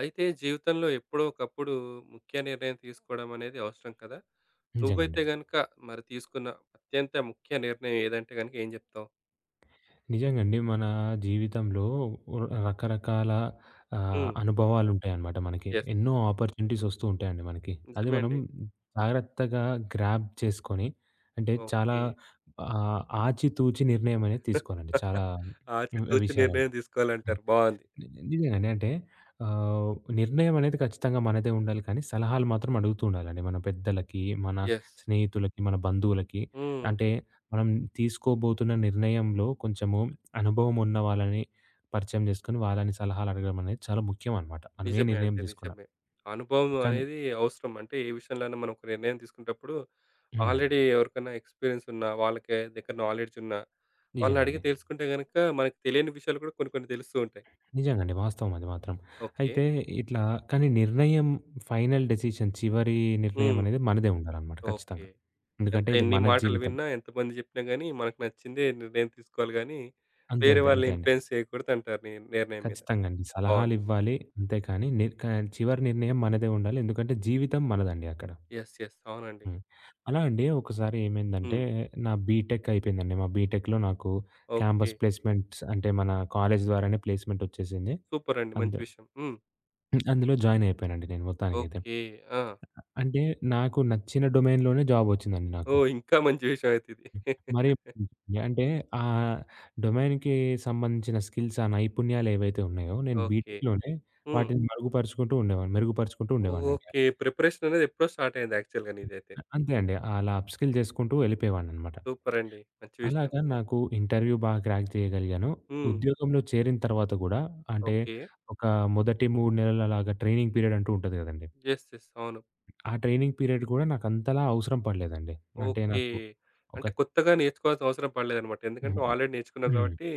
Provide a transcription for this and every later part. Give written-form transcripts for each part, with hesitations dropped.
అయితే జీవితంలో ఎప్పుడో ఒకప్పుడు ముఖ్య నిర్ణయం తీసుకోవడం అనేది అవసరం కదా! నిజంగండి. నువ్వైతే గనుక మరి తీసుకున్న అత్యంత ముఖ్య నిర్ణయం ఏదంటే గనుక ఏం చెప్తావు? నిజంగండి. మన జీవితంలో రకరకాల హ్మ్. అనుభవాలుంటాయన్నమాట మనకి. యెస్. ఎన్నో ఆపర్చునిటీస్ ఒస్తూ ఉంటాయండి మనకి. అది నిజమే మనం అండి. జాగ్రత్తగా గ్రాబ్ చేసుకొని అంటే చాలా ఓకే. ఆచితూచి నిర్ణయం అనేది తీసుకోవాలండి చాలా ఆచితూచి విషయాలలో. నిర్ణయం తీసుకోవాలంటారు. బావుంది. ని నిజంగానే. అంటే ఆహ్, నిర్ణయం అనేది ఖచ్చితంగా మనదే ఉండాలి కానీ, సలహాలు మాత్రం అడుగుతూ ఉండాలండి. మన పెద్దలకి, మన యెస్. స్నేహితులకి, మన బంధువులకి. హ్మ్. అంటే మనం తీసుకోబోతున్న నిర్ణయంలో కొంచెము అనుభవం ఉన్న వాళ్ళని పరిచయం చేసుకొని, వాళ్ళని సలహాలు అడగడం అనేది చాలా ముఖ్యం అనమాట. మనం ఏ నిజమే నిర్ణయం అండి. తీసుకున్నా. నిజమే. అనుభవం కానీ అనేది అవసరం. అంటే ఏ విషయంలోనైనా మనం ఒక నిర్ణయం తీసుకునేటప్పుడు హ్మ్. ఆల్రెడీ ఎవరికైనా ఎక్స్‌పీరియన్స్ ఉన్న వాళ్ళకి దగ్గర నాలెడ్జ్ ఉన్న వాళ్ళని నిజంగా అడిగి అండి. తెలుసుకుంటే గనుక మనకు తెలియని విషయాలు కూడా కొన్ని కొన్ని తెలుస్తూ ఉంటాయి. నిజంగా అండి. వాస్తవం అది మాత్రం. ఓకే. అయితే ఇట్లా కానీ నిర్ణయం ఫైనల్ డెసిషన్ చివరి నిర్ణయం హ్మ్. అనేది మనదే ఉండాలనమాట ఓకే. ఖచ్చితంగా. ఎంత ఎందుకంటే ఇది ఎన్ని మన మాటలు జీవితం. విన్నా, ఎంతమంది చెప్పినా గాని, మనకు నచ్చిందే నిర్ణయం తీసుకోవాలి గానీ, అంతే. వేరే అంతే. అంతే వాళ్ళని అండి. ఇన్‌ఫ్లుయెన్స్ చేయకూడదంటారు నిర్ణయం మీద. ఖచ్చితంగా అండి. బావుంది. సలహాలివ్వాలి. అంతే కానీ నిర్ క చివరి నిర్ణయం మనదే ఉండాలి. ఎందుకంటే జీవితం మనదండి అక్కడ. యెస్. యెస్. అవునండి. హ్మ్. అలా అండి ఒకసారి ఏమైందంటే హ్మ్. నా బీటెక్ అయిపోయిందండి. మా బీటెక్‌లో నాకు ఓకే. క్యాంపస్ ప్లేస్‌మెంట్స్ అంటే మన కాలేజ్ ద్వారానే ప్లేస్‌మెంట్ వచ్చేసింది. సూపరండి. మంచి అందు విషయం. హ్మ్. అందులో జాయిన్ అయిపోయానండి నేను మొత్తానికైతే. ఓకే. ఆ! అంటే నాకు నచ్చిన డొమైన్‌లోనే జాబ్ వచ్చిందండి నాకు. ఓహ్! ఇంకా మంచి విషయం అయితే ఇది. మరి అంటే ఆ డొమైన్‌కి సంబంధించిన స్కిల్స్, ఆ నైపుణ్యాలు ఏవైతే ఉన్నాయో, నేను ఓకే. బీటెక్‌లోనే హ్మ్. వాటిని మరుగుపరుచుకుంటూ ఉండేవాడిని. మెరుగుపరుచుకుంటూ ఉండేవాడినండి. ఓకే. ప్రిపరేషన్ అనేది ఎప్పుడో స్టార్ట్ అయింది యాక్చువల్‌గా నీదైతే. అంతే అండి. అలా అప్‌స్కిల్ చేసుకుంటూ వెళ్ళిపోయేవాడిననమాట. సూపరండి. మంచి విషయం. అలాగా నాకు ఇంటర్వ్యూ బాగా క్రాక్ చేయగలిగాను. హ్మ్. ఉద్యోగంలో చేరిన తర్వాత గూడా అంటే ఓకే. ఒక మొదటి 3 నెలలు అలాగా ట్రైనింగ్ పీరియడ్ అంటూ ఉంటది గదండీ. యెస్. యెస్. అవును. ఆ ట్రైనింగ్ పీరియడ్ గూడా నాకంతలా అవసరం పడలేదండి. అంటే ఓకే. నాకు ఒక అంటే కొత్తగా నేర్చుకోవాల్సిన అవసరం పడలేదనమాట. ఎందుకంటే హ్మ్. ఆల్రెడీ నేర్చుకున్నావు హ్మ్. కాబట్టి,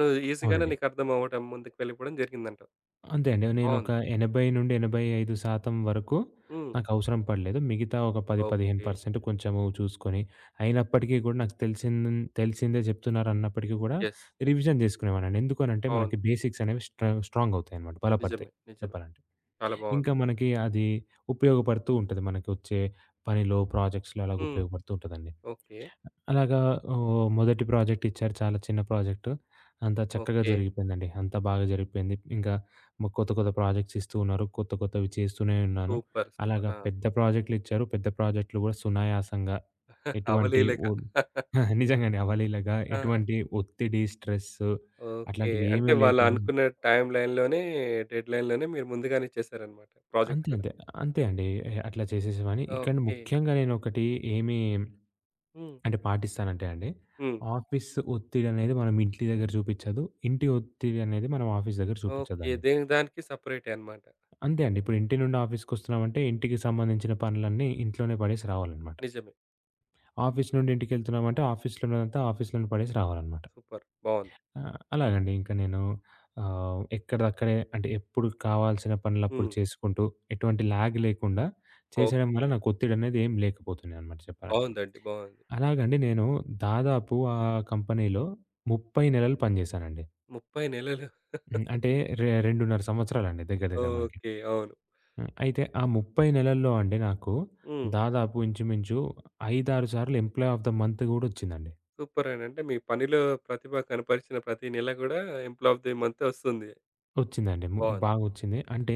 నువ్వు ఈజీగానే అవునండి. నీకు అర్థం అవ్వడం, ముందుకు వెళ్ళిపోవడం జరిగిందంటావు. అంతే అండి. నేనొక బావుంది. 80-85% వరకు హ్మ్. నాకవసరం పడలేదు. మిగతా ఒక 10, ఓకే. 15% కొంచెము చూసుకొని, అయినప్పటికీ గూడా నాకు తెలిసింది తెలిసిందే జెప్తున్నారన్నప్పటికీ గూడా యెస్. రివిజన్ జేసుకునేవాడినండి. ఎందుకనంటే, అవును. మనకి బేసిక్స్ అనేవి స్ట్రాంగవుతాయనమాట. బలపడతాయి నిజమే. నిజమే. చెప్పాలంటే. చాలా బావుంది. ఇంకా మనకి అది ఉపయోగపడుతూ ఉంటది. మనకొచ్చే పనిలో, ప్రాజెక్ట్స్‌లో అలాగ హ్మ్. ఉపయోగపడుతూ ఉంటదండి. ఓకే. అలాగా మొదటి ప్రాజెక్ట్ ఇచ్చారు. చాలా చిన్న ప్రాజెక్టు. అంతా చక్కగా ఓకే. జరిగిపోయిందండి. అంతా బాగా జరిగిపోయింది. ఇంకా కొత్త, కొత్త ప్రాజెక్ట్స్ ఇస్తూ ఉన్నారు. కొత్త, కొత్తవి చేస్తూనే ఉన్నాను. సూపర్. సూపర్. అలాగా ఆ! పెద్ద ప్రాజెక్ట్‌లు ఇచ్చారు. పెద్ద ప్రాజెక్ట్‌లు కూడా సునాయాసంగా ఎటువంటి అవలీలగా. ఒద్ నిజంగానే అవలీలగా ఆ! ఎటువంటి ఒత్తిడి, స్ట్రెస్సు ఓకే. అట్లాంటివి ఏమీ అంటే వాళ్ళు లేకుండా అనుకున్న టైమ్ లైన్‌లోనే, డెడ్‌లైన్‌లోనే మీరు ముందుగానే ఇచ్చేసారనమాట ప్రాజెక్ట్ అంతే, కూడా. అంతే. అంతే అండి. అట్లా చేసేసేవాడిని. ఇక్కడ ఓకే. ముఖ్యంగా నేనొకటి ఏమి హ్మ్. అంటే పాటిస్తానంటే అండి, హ్మ్. ఆఫీస్ ఒత్తిడనేది మనం ఇంటి దగ్గర చూపిచ్చదు. ఇంటి ఒత్తిడనేది మనం ఆఫీస్ దగ్గర ఓకే. చూపిచ్చదండి. దేనికి దానికి సెపరేటే అనమాట. అంతే అండి. ఇప్పుడు ఇంటి నుండి ఆఫీస్‌కొస్తున్నామంటే, ఇంటికి సంబంధించిన పనులన్నీ ఇంట్లోనే పడేసి రావాలనమాట. నిజమే. ఆఫీస్ నుండి ఇంటికెళ్తున్నామంటే, ఆఫీస్‌లో ఉన్నదంతా ఆఫీస్‌లోనే పడేసి రావాలనమాట. సూపర్. బావుంది. అలాగండి ఇంక నేను ఎక్కడిదక్కడే అంటే ఎప్పుడు కావాల్సిన పనులప్పుడు హ్మ్. చేసుకుంటూ, ఎటువంటి ల్యాగ్ లేకుండా చేసేయడం ఓకే. వల్ల నాకు ఒత్తిడనేది ఏం లేకపోతుండే అనమాట చెప్పాలంటే. బావుందండి. బావుంది. అలాగండి. నేను దాదాపు ఆ కంపెనీలో 30 నెలలు పనిజేశానండి. 30 నెలలు. హ్మ్. అంటే 2.5 సంవత్సరాలండి దగ్గర దగ్గర మనకి. ఓకే. అవును. హ్మ్. అయితే ఆ 30 నెలల్లో అండి నాకు హ్మ్. దాదాపు ఇంచుమించు 5, 6 సార్లు ఎంప్లాయ్ ఆఫ్ ద మంత్ గూడొచ్చిందండి. సూపరండి. అంటే మీ పనిలో ప్రతిభ కనపరిచిన ప్రతి నెల గూడా ఎంప్లాయ్ ఆఫ్ ది మంత్ ఒస్తుంది. ఒచ్చిందండి. బావుంది. బాగొచ్చింది. అంటే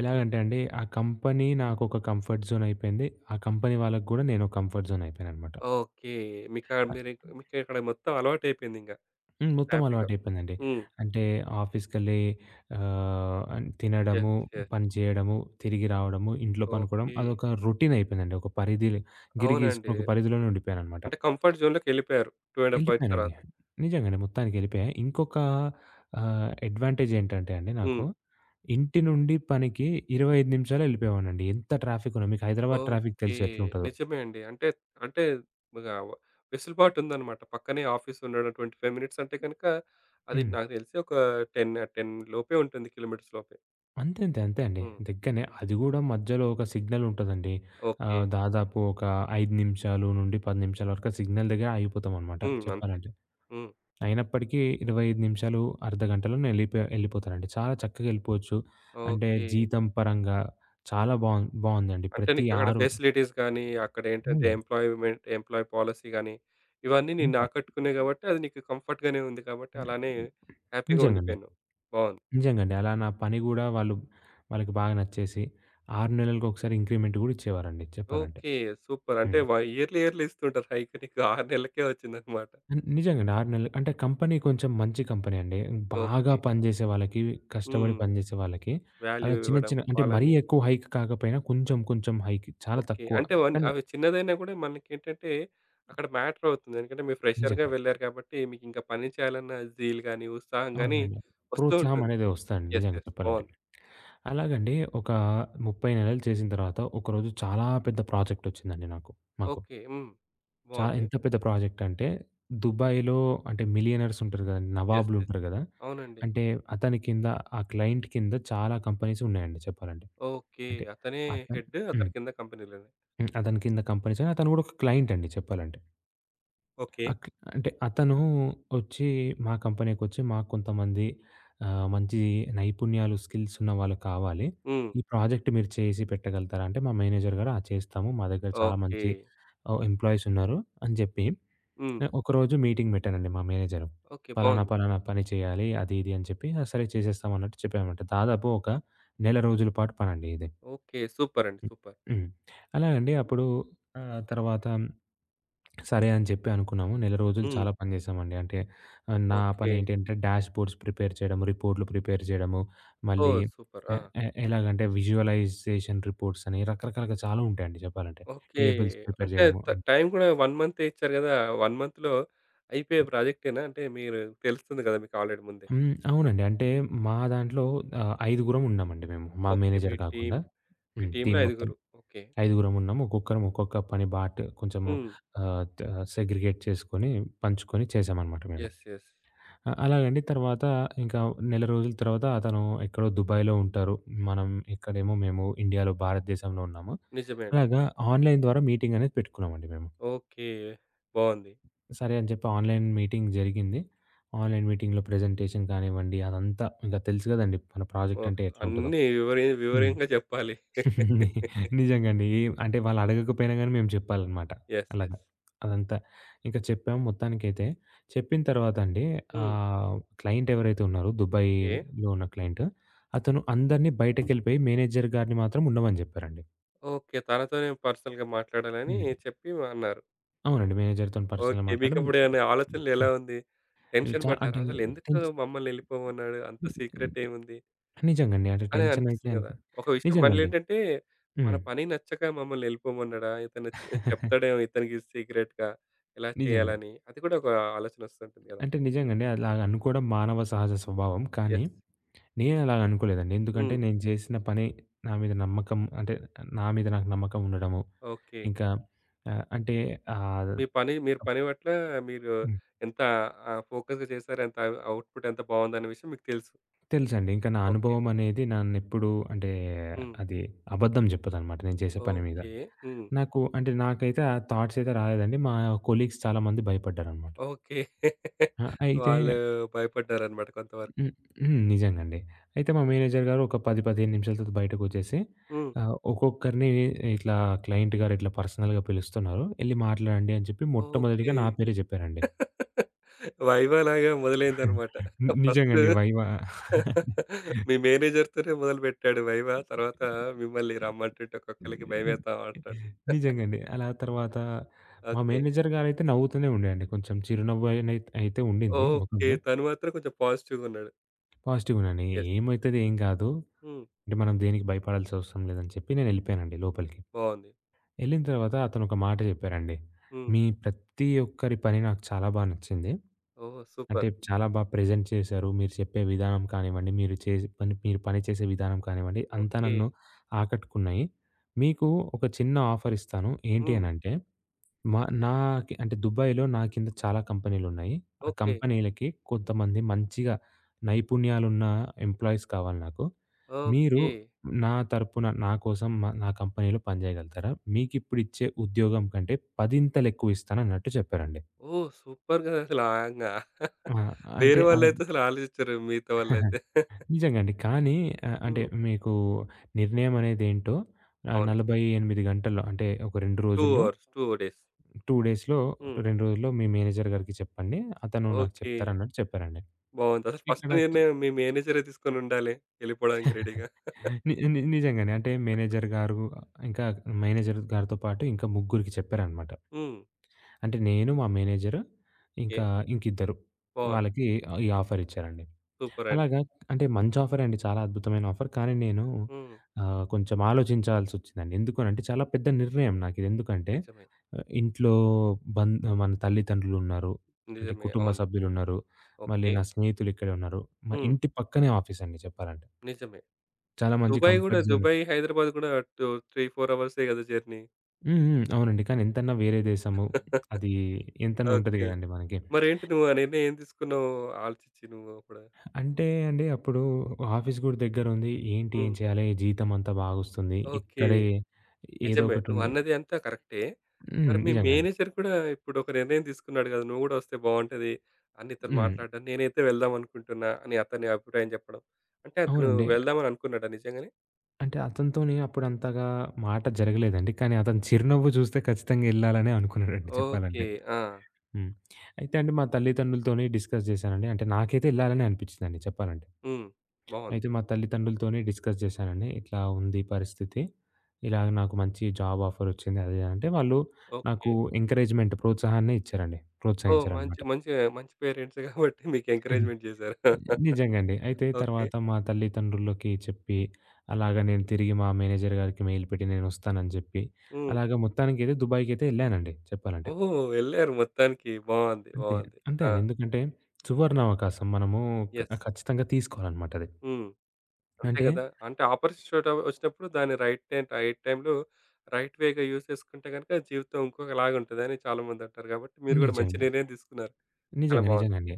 ఎలాగంటే అండి ఆ కంపెనీ నాకొక కంఫర్ట్ జోన్ అయిపోయింది. ఆ కంపెనీ వాళ్ళకి గూడా నేనో కంఫర్ట్ జోన్ అయిపోయాననమాట. ఓకే. మీకా మీరు మీకిక్కడ మొత్తం అలవాటయిపోయిందింక హ్మ్. మొత్తం హ్యాపీగా. అలవాటయిపోయిందండి. హ్మ్. అంటే ఆఫీస్‌కెళ్ళి ఆహ్, అన్ తినడము, యెస్. యెస్. పని చేయడము, తిరిగి రావడము, ఇంట్లో పనుకోవడం ఓకే. అదొక రొటీన్ అయిపోయిందండి. ఒక పరిధిలో గిరిగీసుకొని అవునండి. ఒక పరిధిలోనే ఉండిపోయాననమాట. అంటే కంఫర్ట్ జోన్‌లోకెళ్ళిపోయారు. 2½ ½ ఇయర్స్ ఎళ్ళిపోయానండి. తర్వాత. నిజంగానే మొత్తానికెళ్ళిపోయా. ఇంకొక అడ్వాంటేజ్ ఏంటంటే అండి నాకు, హ్మ్. ఇంటి నుండి పనికి 25 నిమిషాల్లో ఎళ్ళిపోయేవాడినండి. ఎంత ట్రాఫిక్ ఉన్నా మీకు హైదరాబాద్ ట్రాఫిక్ ఓకే. తెలుసు ఎట్లుంటదో. నిజమే అండి. అంటే, అంటే ఇగ వెసులుబాటు ఉందన్నమాట. పక్కనే ఆఫీస్ ఉండడం 25 మినిట్స్ అంటే గనుక, అది హ్మ్. నాకు తెలిసి ఒక 10 లోపే ఉంటుంది. కిలోమీటర్స్ లోపే. అంతే. అంతే. అంతే అండి. హ్మ్. దగ్గరనే. అది గూడా మధ్యలో ఒక సిగ్నల్ ఉంటదండి. ఓకే. దాదాపు ఒక 5 నిమిషాలు నుండి 10 నిమిషాల వరకు ఆ సిగ్నల్ దగ్గర ఆగిపోతామనమాట హ్మ్. అంతే. చెప్పాలంటే. హ్మ్. అయినప్పటికీ 25 నిమిషాలు, అర్ధగంటలో నేను ఎళ్ళిపోతానండి. చాలా చక్కగా ఎళ్ళిపోవచ్చు. అంటే ఓకే. జీతం పరంగా చాలా బావుందండి. అంటే ప్రతి నీకక్కడ 6 ఫెసిలిటీస్ గానీ, అక్కడేంటంటే హ్మ్. ఎంప్లాయిమెంట్ ఎంప్లాయీ పాలిసీ గానీ, ఇవన్నీ నిన్ను అంతా. ఆకట్టుకున్నాయి గాబట్టి, అది నీకు కంఫర్ట్ గానే ఉంది కాబట్టి, అలానే హ్యాపీగా నిజంగండి. ఉండిపోయాను. బావుంది. నిజంగండి. అలా నా పని గూడా వాళ్ళకి బాగా నచ్చేసి 6 నెలలకొకసారి ఇంక్రిమెంట్ గూడా ఇచ్చేవారండి చెప్పాలంటే. ఓకే. సూపర్. అంటే హ్మ్. ఇయర్లీ ఇస్తుంటారు హైక్. నీకు 6 నెల్లకే వచ్చిందన్నమాట. నిజంగండి. 6 నెలలు అంటే కంపెనీ కొంచెం మంచి కంపెనీ అండి. బాగా ఓకే. పనిజేసే వాళ్ళకి, కష్టపడి హ్మ్. పనిజేసే వాళ్ళకి అలా వాల్యూ చిన్న ఇవ్వడం చిన్న అంటే మరీ వాళ్ళని. ఎక్కువ హైక్ కాకపోయినా కొంచెం కొంచెం హైక్ చాలా ఓకే. తక్కువ. అంటే వన్ కానీ అవి చిన్నదైనా కూడా మనకేంటంటే అక్కడ మ్యాటర్ అవుతుంది. ఎందుకంటే మీరు ఫ్రెషర్‌గా నిజంగా వెళ్లారు కాబట్టి మీకింకా పని చేయాలన్న జీల్ గాని, ఉత్సాహం గాని అవునండి. వస్తూ ప్రోత్సాహం ఉంటుంది. అనేది వస్తదండి యెస్. నిజంగా యెస్. చెప్పాలంటే. బావుంది. అలాగండి ఒక 30 నెలలు చేసిన తర్వాత ఒకరోజు చాలా పెద్ద ప్రాజెక్టొచ్చిందండి నాకు. మాకు. ఓకే. హ్మ్. బావుంది. ఎంత పెద్ద ప్రాజెక్ట్ అంటే దుబాయ్‌లో అంటే మిలియనర్స్ ఉంటారు గదండీ. యెస్. యెస్. నవాబులుంటారు గదా! అవునండి. అంటే అతని కింద ఆ క్లయింట్ కింద చాలా కంపెనీస్ ఉన్నాయండి చెప్పాలంటే. ఓకే. అంటే అతనే అతను హెడ్. హ్మ్. అతని కింద కంపెనీలోనే. హ్మ్. అతని కింద కంపెనీస్ అని, అతను కూడా ఒక క్లయింట్ అండి చెప్పాలంటే. ఓకే. అక్ అంటే అతను వచ్చి మా కంపెనీకొచ్చి మాకు కొంతమంది మంచి నైపుణ్యాలు, స్కిల్స్ ఉన్న వాళ్ళు కావాలి. హ్మ్. ఈ ప్రాజెక్ట్ మీరు చేసి పెట్టగలుగుతారా? అంటే మా మేనేజర్ గారు, "ఆ! చేస్తాము. మా దగ్గర చాలా ఓకే. మంచి ఎంప్లాయీస్ ఉన్నారు" అని చెప్పి హ్మ్. ఒకరోజు మీటింగ్ పెట్టానండి మా మేనేజరు. ఓకే. "పలానా, బావుంది. పలానా పని చేయాలి. అది ఇది" అని చెప్పి, "ఆ! సరే చేసేస్తాం" అన్నట్టు చెప్పామన్నమాట. దాదాపు ఒక నెల రోజుల పాటు పనండి ఇది. ఓకే. సూపర్ అండి. సూపర్. హ్మ్. అలా అండి. అప్పుడు తర్వాత సరే అని చెప్పి అనుకున్నాము. నెల రోజులు హ్మ్. చాలా పని చేశామండి. అంటే నా పని ఓకే. ఏంటంటే డాష్ బోర్డ్స్ ప్రిపేర్ చేయడము, రిపోర్ట్‌లు ప్రిపేర్ చేయడము, మళ్ళీ ఓహ్! సూపర్. ఎ ఆ! ఎ ఎలాగంటే విజువలైజేషన్ రిపోర్ట్స్ అని రకరకాలుగా చాలా ఉంటాయండి చెప్పాలంటే. ఓకే. టేబుల్స్ ప్రిపేర్ అంటే చేయడము అంత. టైం గూడా 1 మంతే ఇచ్చారు గదా! 1 మంత్‌లో అయిపోయే ప్రాజెక్టేనా? అంటే మీరు తెలుస్తుంది గదా! మీకు ఆల్రెడీ ముందే. హ్మ్. అవునండి. అంటే మా దాంట్లో ఐదుగురం ఉన్నామండి మేము. మా ఓకే. మేనేజర్ కాకుండా. మీ హ్మ్. టీమ్‌లో టీమ్ మొత్తం. ఐదుగురు. ఓకే. ఐదుగురమున్నాం. ఒక్కొక్కరం ఒక్కొక్క పని బాటు కొంచెము హ్మ్. ఆహ్, త సెగ్రిగేట్ చేసుకొని, పంచుకొని చేశామనమాట మేము. యెస్. యెస్. అలాగండి. తర్వాత ఇంకా నెల రోజుల తర్వాత అతను ఎక్కడో దుబాయ్‌లో ఉంటారు. మనం ఇక్కడేమో మేము ఇండియాలో భారతదేశంలో ఉన్నాము. నిజమే అండి. అలాగా ఆన్‌లైన్ ద్వారా మీటింగ్ అనేది పెట్టుకున్నామండి మేము. ఓకే. బావుంది. సరే అని చెప్పి ఆన్‌లైన్ మీటింగ్ జరిగింది. ఆన్‌లైన్ మీటింగ్‌లో ప్రెజెంటేషన్ కానివ్వండి అదంతా ఇంక తెలుసు గదండీ! మన ప్రాజెక్ట్ ఓహ్! అంటే ఎట్లుంటదో. అన్నీ హ్మ్. వివరంగా జెప్పాలి. ని నిజంగా అండి. ఏం అంటే వాళ్ళు అడగకపోయినా గాని మేము చెప్పాలనమాట. యెస్. అలాగా. యెస్. అదంతా. ఇంక చెప్పాము మొత్తానికైతే. చెప్పిన తర్వాత అండి హ్మ్. క్లయింట్ ఎవరైతే ఉన్నారో ఏ దుబాయ్‌లో ఉన్న క్లయింట్, అతను అందరిని బయటకెళ్ళిపోయి మేనేజర్ గారిని మాత్రం ఉండమని చెప్పారండి. ఓకే. తనతోనే పర్సనల్‌గా మాట్లాడాలని హ్మ్. చెప్పి అన్నారు. అవునండి. మేనేజర్‌తోని పర్సనల్‌గా ఓకే. మాట్లాడడం మీకప్పుడేమన్నా ఆలోచనలు ఎలా హ్మ్. ఉంది? టెన్షన్ చ పడ్డారా? అంటే అసలెందుకు టెన్స్ మమ్మల్ని ఎళ్ళిపోమన్నాడు? అంత సీక్రెట్ ఏముంది? నిజంగండి. అంటే అని టెన్షన్ అయితే అనిపిస్తుంది గదా! ఒక విషయం నిజంగండి. మళ్ళేంటంటే, మన హ్మ్. పని నచ్చక మమ్మల్ని ఎళ్ళిపోమన్నాడా? ఇతను చెప్తాడేమో ఇతనికి సీక్రెట్‌గా ఎలా నిజంగా. చేయాలని. అది కూడా ఒక ఆలోచనొస్తుంటుంది గదా! అంటే నిజంగండి. అలాగ అనుకోవడం మానవ సహజ స్వభావం. కానీ యెస్. నేనలా అనుకోలేదండి. ఎందుకంటే హ్మ్. నేను చేసిన పని నా మీద నమ్మకం అంటే నా మీద నాకు నమ్మకం ఉండడము. ఓకే. ఇంకా ఆహ్, అంటే ఆహ్, మీ పని మీరు పని పట్ల మీరు హ్మ్. ఎంత ఆహ్, ఫోకస్‌గా చేశారు, ఎంత అవుట్‌పుట్ ఎంత బావుందనే విషయం మీకు తెలుసు. తెలుసండి. ఇంకా నా ఓకే. అనుభవం అనేది నన్నెప్పుడు అంటే హ్మ్. అది అబద్ధం చెప్పదనమాట నేను చేసే పని మీద. ఓకే. హ్మ్. నాకు అంటే నాకైతే ఆ థాట్స్ అయితే రాలేదండి. మా కొలీగ్స్ చాలామంది భయపడ్డారనమాట. ఓకే. ఆ! అయితే వాళ్ళు భయపడ్డారన్నమాట కొంతవరకు. హ్మ్. హ్మ్. నిజంగండి. అయితే మా మేనేజర్ గారు ఒక 10, 15 నిమిషాల తర్వాత బయటకొచ్చేసి హ్మ్. ఒక్కొక్కరిని ఇట్లా క్లయింట్ గారు ఇట్లా పర్సనల్‌గా పిలుస్తున్నారు. ఎళ్లి మాట్లాడండి అని చెప్పి మొట్టమొదటిగా ఓకే. నా పేరే జెప్పారండి. వైవా లాగా మొదలైందనమాట. ఫస్టు నిజంగండి. వైవా మీ మేనేజర్‌తోనే మొదలుపెట్టాడు వైవా. తర్వాత మిమ్మల్ని రమ్మంటుంటే ఒక్కొక్కళ్ళకి భయమేస్తా అంటాడు. నిజంగండి. అలా తర్వాత మా ఓకే. మేనేజర్ గారైతే నవ్వుతూనే ఉండేయండి. కొంచెం చిరునవ్వు అయిన అయితే ఉండింది ఓకే. ముఖంలో. తను మాత్రం కొంచెం పాజిటివ్‌గున్నాడు. పాజిటివ్‌గానే యెస్. ఏమైతది? ఏం గాదు. హ్మ్. అంటే మనం దేనికి భయపడాల్సిన అవసరం లేదని చెప్పి నేనెళ్ళిపోయానండి లోపలికి. బావుంది. ఎళ్ళిన తర్వాత అతనొక మాట చెప్పారండి. హ్మ్. "మీ ప్రతి ఒక్కరి పని నాకు చాలా నచ్చింది. ఓహ్! అంటే సూపర్. చాలా ప్రెజెంట్ చేశారు. మీరు చెప్పే విధానం కానివ్వండి, మీరు పని చేసే విధానం కానివ్వండి, అంతా ఓకే. నన్ను ఆకట్టుకున్నాయి. మీకు ఒక చిన్న ఆఫర్ ఇస్తాను. ఏంటి హ్మ్. అనంటే" మా నాకి అంటే దుబాయ్‌లో నా కింద చాలా కంపెనీలున్నాయి. ఆ ఓకే. కంపెనీలకి కొంతమంది మంచిగా నైపుణ్యాలున్న ఎంప్లాయీస్ కావాలి నాకు. మీరు ఓకే. నా తరపున నా కోసం నా కంపెనీలో పని జేయగలుగుతారా? మీకిప్పుడిచ్చే ఉద్యోగం కంటే పదింతలెక్కువ ఇస్తానన్నట్టు చెప్పారండి. ఓహ్! సూపర్ గదసల ఆంగా. ఆ! అంటే వేరే వాళ్ళైతే అసలు ఆలోచించరు మిగతా వాళ్ళైతే. నిజంగా అండి. కానీ అంటే హ్మ్. మీకు నిర్ణయం అనేదేంటో అవును. 48 గంటల్లో అంటే ఒక 2 2 రోజుల్లో అవర్స్, 2 డేస్. 2 డేస్‌లో హ్మ్. 2 రోజుల్లో మీ మేనేజర్ గారికి చెప్పండి. అతను నాకు ఓకే. చెప్తారన్నట్టు చెప్పారండి. బావుంది. అసలు ఇక్కడ ఫస్ట్ చ నిర్ణయం మీ మేనేజరే తీసుకొనుండాలి ఎళ్ళిపోవడానికి రెడీగా. ని ని నిజంగానే. అంటే మేనేజర్ గారు ఇంకా మేనేజర్ గారితో పాటు ఇంకా ముగ్గురికి చెప్పారనమాట. హ్మ్. అంటే నేను, మా మేనేజర్ ఓకే. ఇంకా ఇంకిద్దరు బావుంది. వాళ్ళకి ఈ ఆఫర్ ఇచ్చారండి. సూపరండి. అలాగా అంటే మంచి ఆఫరే అండి. చాలా అద్భుతమైన ఆఫర్. కానీ నేను హ్మ్. కొంచెం ఆలోచించాల్సొచ్చిందండి. ఎందుకనంటే చాలా పెద్ద నిర్ణయం నాకిది. ఎందుకంటే నిజమే. ఆహ్, ఇంట్లో బం మన తల్లిదండ్రులున్నారు. అంటే నిజమే. కుటుంబ అవును. సభ్యులున్నారు. మళ్ళీ ఓకే. నా స్నేహితులు ఇక్కడే ఉన్నారు. మా హ్మ్. ఇంటి పక్కనే ఆఫీస్ అండి చెప్పాలంటే. నిజమే. చాలా మంచి దుబాయ్ గూడా కంఫర్ట్ జోన్. దుబాయ్, హైదరాబాద్ గూడా టూ 3, 4 అవర్సే గదా! జర్నీ. హ్మ్. హ్మ్. అవునండి. కానీ ఎంతన్నా వేరే దేశము. అది ఎంతన్నా ఉంటది ఓకే. గదండీ మనకి. మరేంటి నువ్వు ఆ నిర్ణయం ఏం తీసుకున్నావు ఆలోచించి నువ్వు అప్పుడు? అంటే అండి అప్పుడు ఆఫీస్ గూడా దగ్గరుంది. ఏంటి? ఏం హ్మ్. చేయాలి? జీతం అంతా బాగొస్తుంది. ఓకే. ఇక్కడే ఏదో నిజమే. ఒకటుండి నువ్వన్నది అంతా కరెక్టే. హ్మ్. మరి మీ నిజంగానే. మేనేజర్ కూడా ఇప్పుడు ఒక నిర్ణయం తీసుకున్నాడు కదా! నువ్వు గూడా వస్తే బావుంటది అని ఇతను హ్మ్. మాట్లాడడం. నేనైతే వెళ్దామనుకుంటున్నా అని అతని అభిప్రాయం చెప్పడం. అంటే అతను అవునండి. వెళ్దామని అనుకున్నాడా నిజంగానే? అంటే అతనితోని అప్పుడు అంతగా మాట జరగలేదండి. కానీ అతని చిరునవ్వు చూస్తే ఖచ్చితంగా ఎళ్ళాలనే అనుకున్నానండి ఓకే. చెప్పాలంటే. ఆ! హ్మ్. అయితే అండి మా తల్లిదండ్రులతోని డిస్కస్ చేశానండి. అంటే నాకైతే ఎళ్ళాలని అనిపించిందండి చెప్పాలంటే. హ్మ్. బావుంది. అయితే మా తల్లిదండ్రులతోని డిస్కస్ చేశానండి. ఇట్లా ఉంది పరిస్థితి. ఇలా నాకు మంచి జాబ్ ఆఫర్ వచ్చింది. అది ఇది అంటే వాళ్ళు ఓకే. నాకు ఎంకరేజ్‌మెంట్ ప్రోత్సాహాన్నే ఇచ్చారండి. ఓహ్! ప్రోత్సహించారనమాట. మంచి మంచి మంచి పేరెంట్స్ కాబట్టి మీకు ఎంకరేజ్‌మెంట్ చేశారు. నిజంగా అండి. అయితే ఓకే. తర్వాత మా తల్లిదండ్రులకి చెప్పి, అలాగ నేను తిరిగి మా మేనేజర్ గారికి మెయిల్ పెట్టి నేనొస్తానని జెప్పి, హ్మ్. అలాగ మొత్తానికైతే దుబాయ్‌కైతే ఎళ్ళానండి చెప్పాలంటే. ఓహ్! వెళ్లారు మొత్తానికి. బావుంది. అంతే. బావుంది. అంతే ఆ! అండి. ఎందుకంటే సువర్ణావకాశం మనము క యెస్. ఖచ్చితంగా తీసుకోవాలనమాట అది. హ్మ్. అంతే అంటే గదా! అంటే ఆపర్చునిటీ చోట వచ్చినప్పుడు దాన్ని రైట్ టైంలో రైట్ వేగా యూజ్ చేసుకుంటే గనుక జీవితం ఇంకొకలాగా ఉంటదని చాలామంది అంటారు గాబట్టి, మీరు గూడా మంచి నిజంగా. నిర్ణయం తీసుకున్నారు. చాలా నిజంగా. బావుంది. నిజంగండి.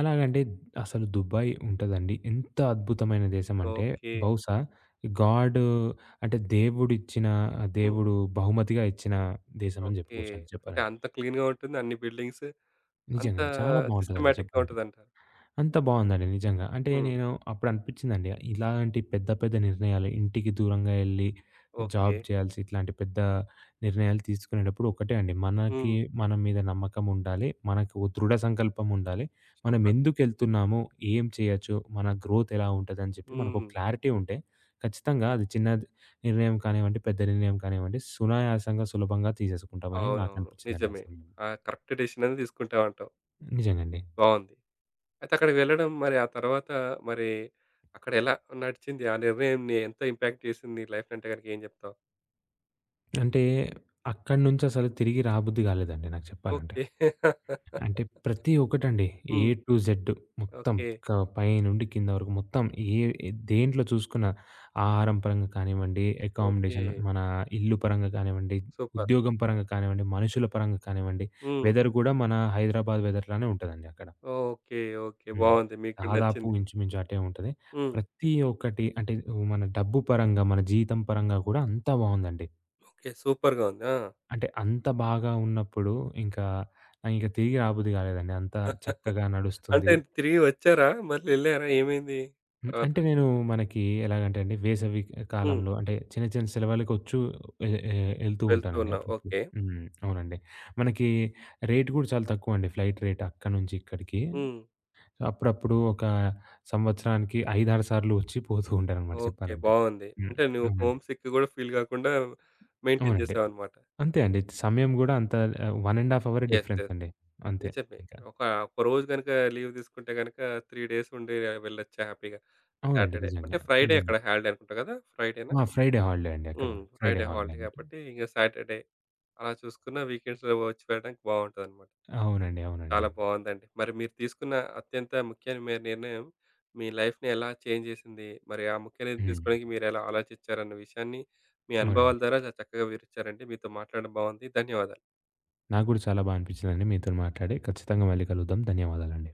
అలాగంటే అసలు దుబాయ్ ఉంటదండి. ఎంత అద్భుతమైన దేశం అంటే ఓకే. బహుశా గాడ్ అంటే హ్మ్. దేవుడు బహుమతిగా ఇచ్చిన దేశం అని ఓకే. జెప్పుకోవచ్చండి అంటే చెప్పాలంటే. అంత క్లీన్‌గా ఉంటుంది. అన్ని బిల్డింగ్స్ అంత నిజంగానే. చాలా బావుంటదండి సిస్టమాటిక్‌గా చెప్పాలంటే. ఉంటదంటారు. అంత బావుందండి నిజంగా. అంటే హ్మ్. నేను అప్పుడు అనిపిచ్చిందండి. ఇలాంటి పెద్ద పెద్ద నిర్ణయాలు ఇంటికి దూరంగా ఎళ్లి ఓకే. జాబ్ చేయాల్సి ఇట్లాంటి పెద్ద నిర్ణయాలు తీసుకునేటప్పుడు ఒకటే అండి. మనకి హ్మ్. మన మీద నమ్మకం ఉండాలి. మనకు ఓ దృఢ సంకల్పం ఉండాలి. మనం సూపర్. ఎందుకెళ్తున్నాము? ఏం చేయొచ్చు? మన గ్రోత్ ఎలా ఉంటదని చెప్పి మనకు హ్మ్. క్లారిటీ ఉంటే ఖచ్చితంగా అది చిన్న నిర్ణయం కానివ్వండి, పెద్ద నిర్ణయం కానివ్వండి సునాయాసంగా, సులభంగా తీసేసుకుంటామని అవునవును. నాకనిపిచ్చిందండి ఆ నిజమే. సమయంలో. ఆ కరెక్ట్ డెసిషననే తీసుకుంటామంటావు. నిజంగండి. బావుంది. అయితే అక్కడికి వెళ్ళడం మరి ఆ తర్వాత మరి అక్కడ ఎలా నడిచింది? ఆ నిర్ణయం ఎంత ఇంపాక్ట్ చేసింది నీ లైఫ్‌ని అంటే గనుక ఏం చెప్తావు? అంటే, అక్కడి నుంచసలు తిరిగి రాబుద్ది గాలేదండి నాకు చెప్పాలంటే. ఓకే. అంటే ప్రతి ఒక్కటండి. A hmm. టు జెడ్ మొత్తం ఓకే. పైనుండి కింద వరకు మొత్తం ఏ ఏ- దేంట్లో చూసుకున్నా ఆహారం పరంగా కానివ్వండి, ఓకే. అకామిడేషన్ మన ఇల్లు పరంగా కానివ్వండి, సూపర్. ఉద్యోగం పరంగా కానివ్వండి, మనుషుల పరంగా కానివ్వండి, హ్మ్. వెదర్ గూడా మన హైదరాబాద్ వెదర్ లానే ఉంటదండి అక్కడ. ఓకే. ఓకే. హ్మ్. బాగుంది. మీకు దాదాపు నచ్చింది. ఇంచుమించు అటే ఉంటది. హ్మ్. ప్రతి ఒక్కటి అంటే, మన డబ్బు పరంగా, మన జీతం పరంగా గూడా అంతా బావుందండి. ఓకే. సూపర్‌గా ఉంది. ఆ! అంటే అంత బాగా ఉన్నప్పుడు ఇంకా నాకింక తిరిగి రాబుద్ది కాలేదండి. అంత చక్కగా అంటే నడుస్తుంది. తిరిగి వచ్చారా? మళ్ళీ ఎళ్లారా? ఏమైంది హ్మ్. తర్వాత? అంటే నేను మనకి ఎలాగంటే అండి వేసవి హ్మ్. కాలంలో అంటే చిన్న చిన్న సెలవులకొచ్చు ఎ ఎ ఎళ్తూ వెళ్తూ ఉంటానండి ఉన్నావు. అప్పుడప్పుడు. ఓకే. హ్మ్. అవునండి. మనకి రేట్ గూడా చాలా తక్కువండి ఫ్లైట్ రేట్ అక్కడి నుంచి ఇక్కడికి. హ్మ్. సో అప్పుడప్పుడు ఒక సంవత్సరానికి 5, 6 సార్లు ఒచ్చి పోతూ ఉంటాననమాట ఓకే. చెప్పాలంటే. బాగుంది. హ్మ్. అంటే నువ్వు అవునండి. హోమ్ సిక్ కూడా ఫీల్ గాకుండా మెయింటైన్ అవునండి. చేసావన్నమాట. అంతే అండి. సమయం గూడా అంత 1 ½ అవరే యెస్. Difference yes. అండి. అంతే నిజమే. ఇంకా. ఒక ఒక రోజు గనుక లీవ్ తీసుకుంటే గనుక 3 డేస్ ఉండి వెళ్ళొచ్చు హ్యాపీగా. అవునండి. సాటర్‌డే అంటే నిజంగా. ఫ్రైడే నిజంగా. అక్కడ హాలిడే అనుకుంటా కదా! ఫ్రైడేనా? ఆ! ఫ్రైడే హాలిడే అండి అక్కడ. హ్మ్. ఫ్రైడే ఫ్రైడే హాలిడే హాలిడే అనమాట. కాబట్టి ఇంక సాటర్‌డే అలా చూసుకున్న వీకెండ్స్‌లో వచ్చి వెళ్ళడానికి బావుంటదనమాట. అవునండి. అవునండి. చాలా బావుందండి. మరి మీరు తీసుకున్న అత్యంత ముఖ్యమైన నిర్ణయం మీ లైఫ్‌ని ఎలా చేంజ్ చేసింది? మరి ఆ ముఖ్య నిర్ణయం హ్మ్. తీసుకోవడానికి మీరెలా ఆలోచించారన్న విషయాన్ని మీ అనుభవాల అవునండి. ద్వారా చాలా చక్కగా వివరిచ్చారండి. మీతో మాట్లాడడం బావుంది. ధన్యవాదాలు. నాకు గూడా చాలా బా అనిపించిందండి మీతోని మాట్లాడి. ఖచ్చితంగా మళ్ళీ కలుద్దాం. ధన్యవాదాలండి.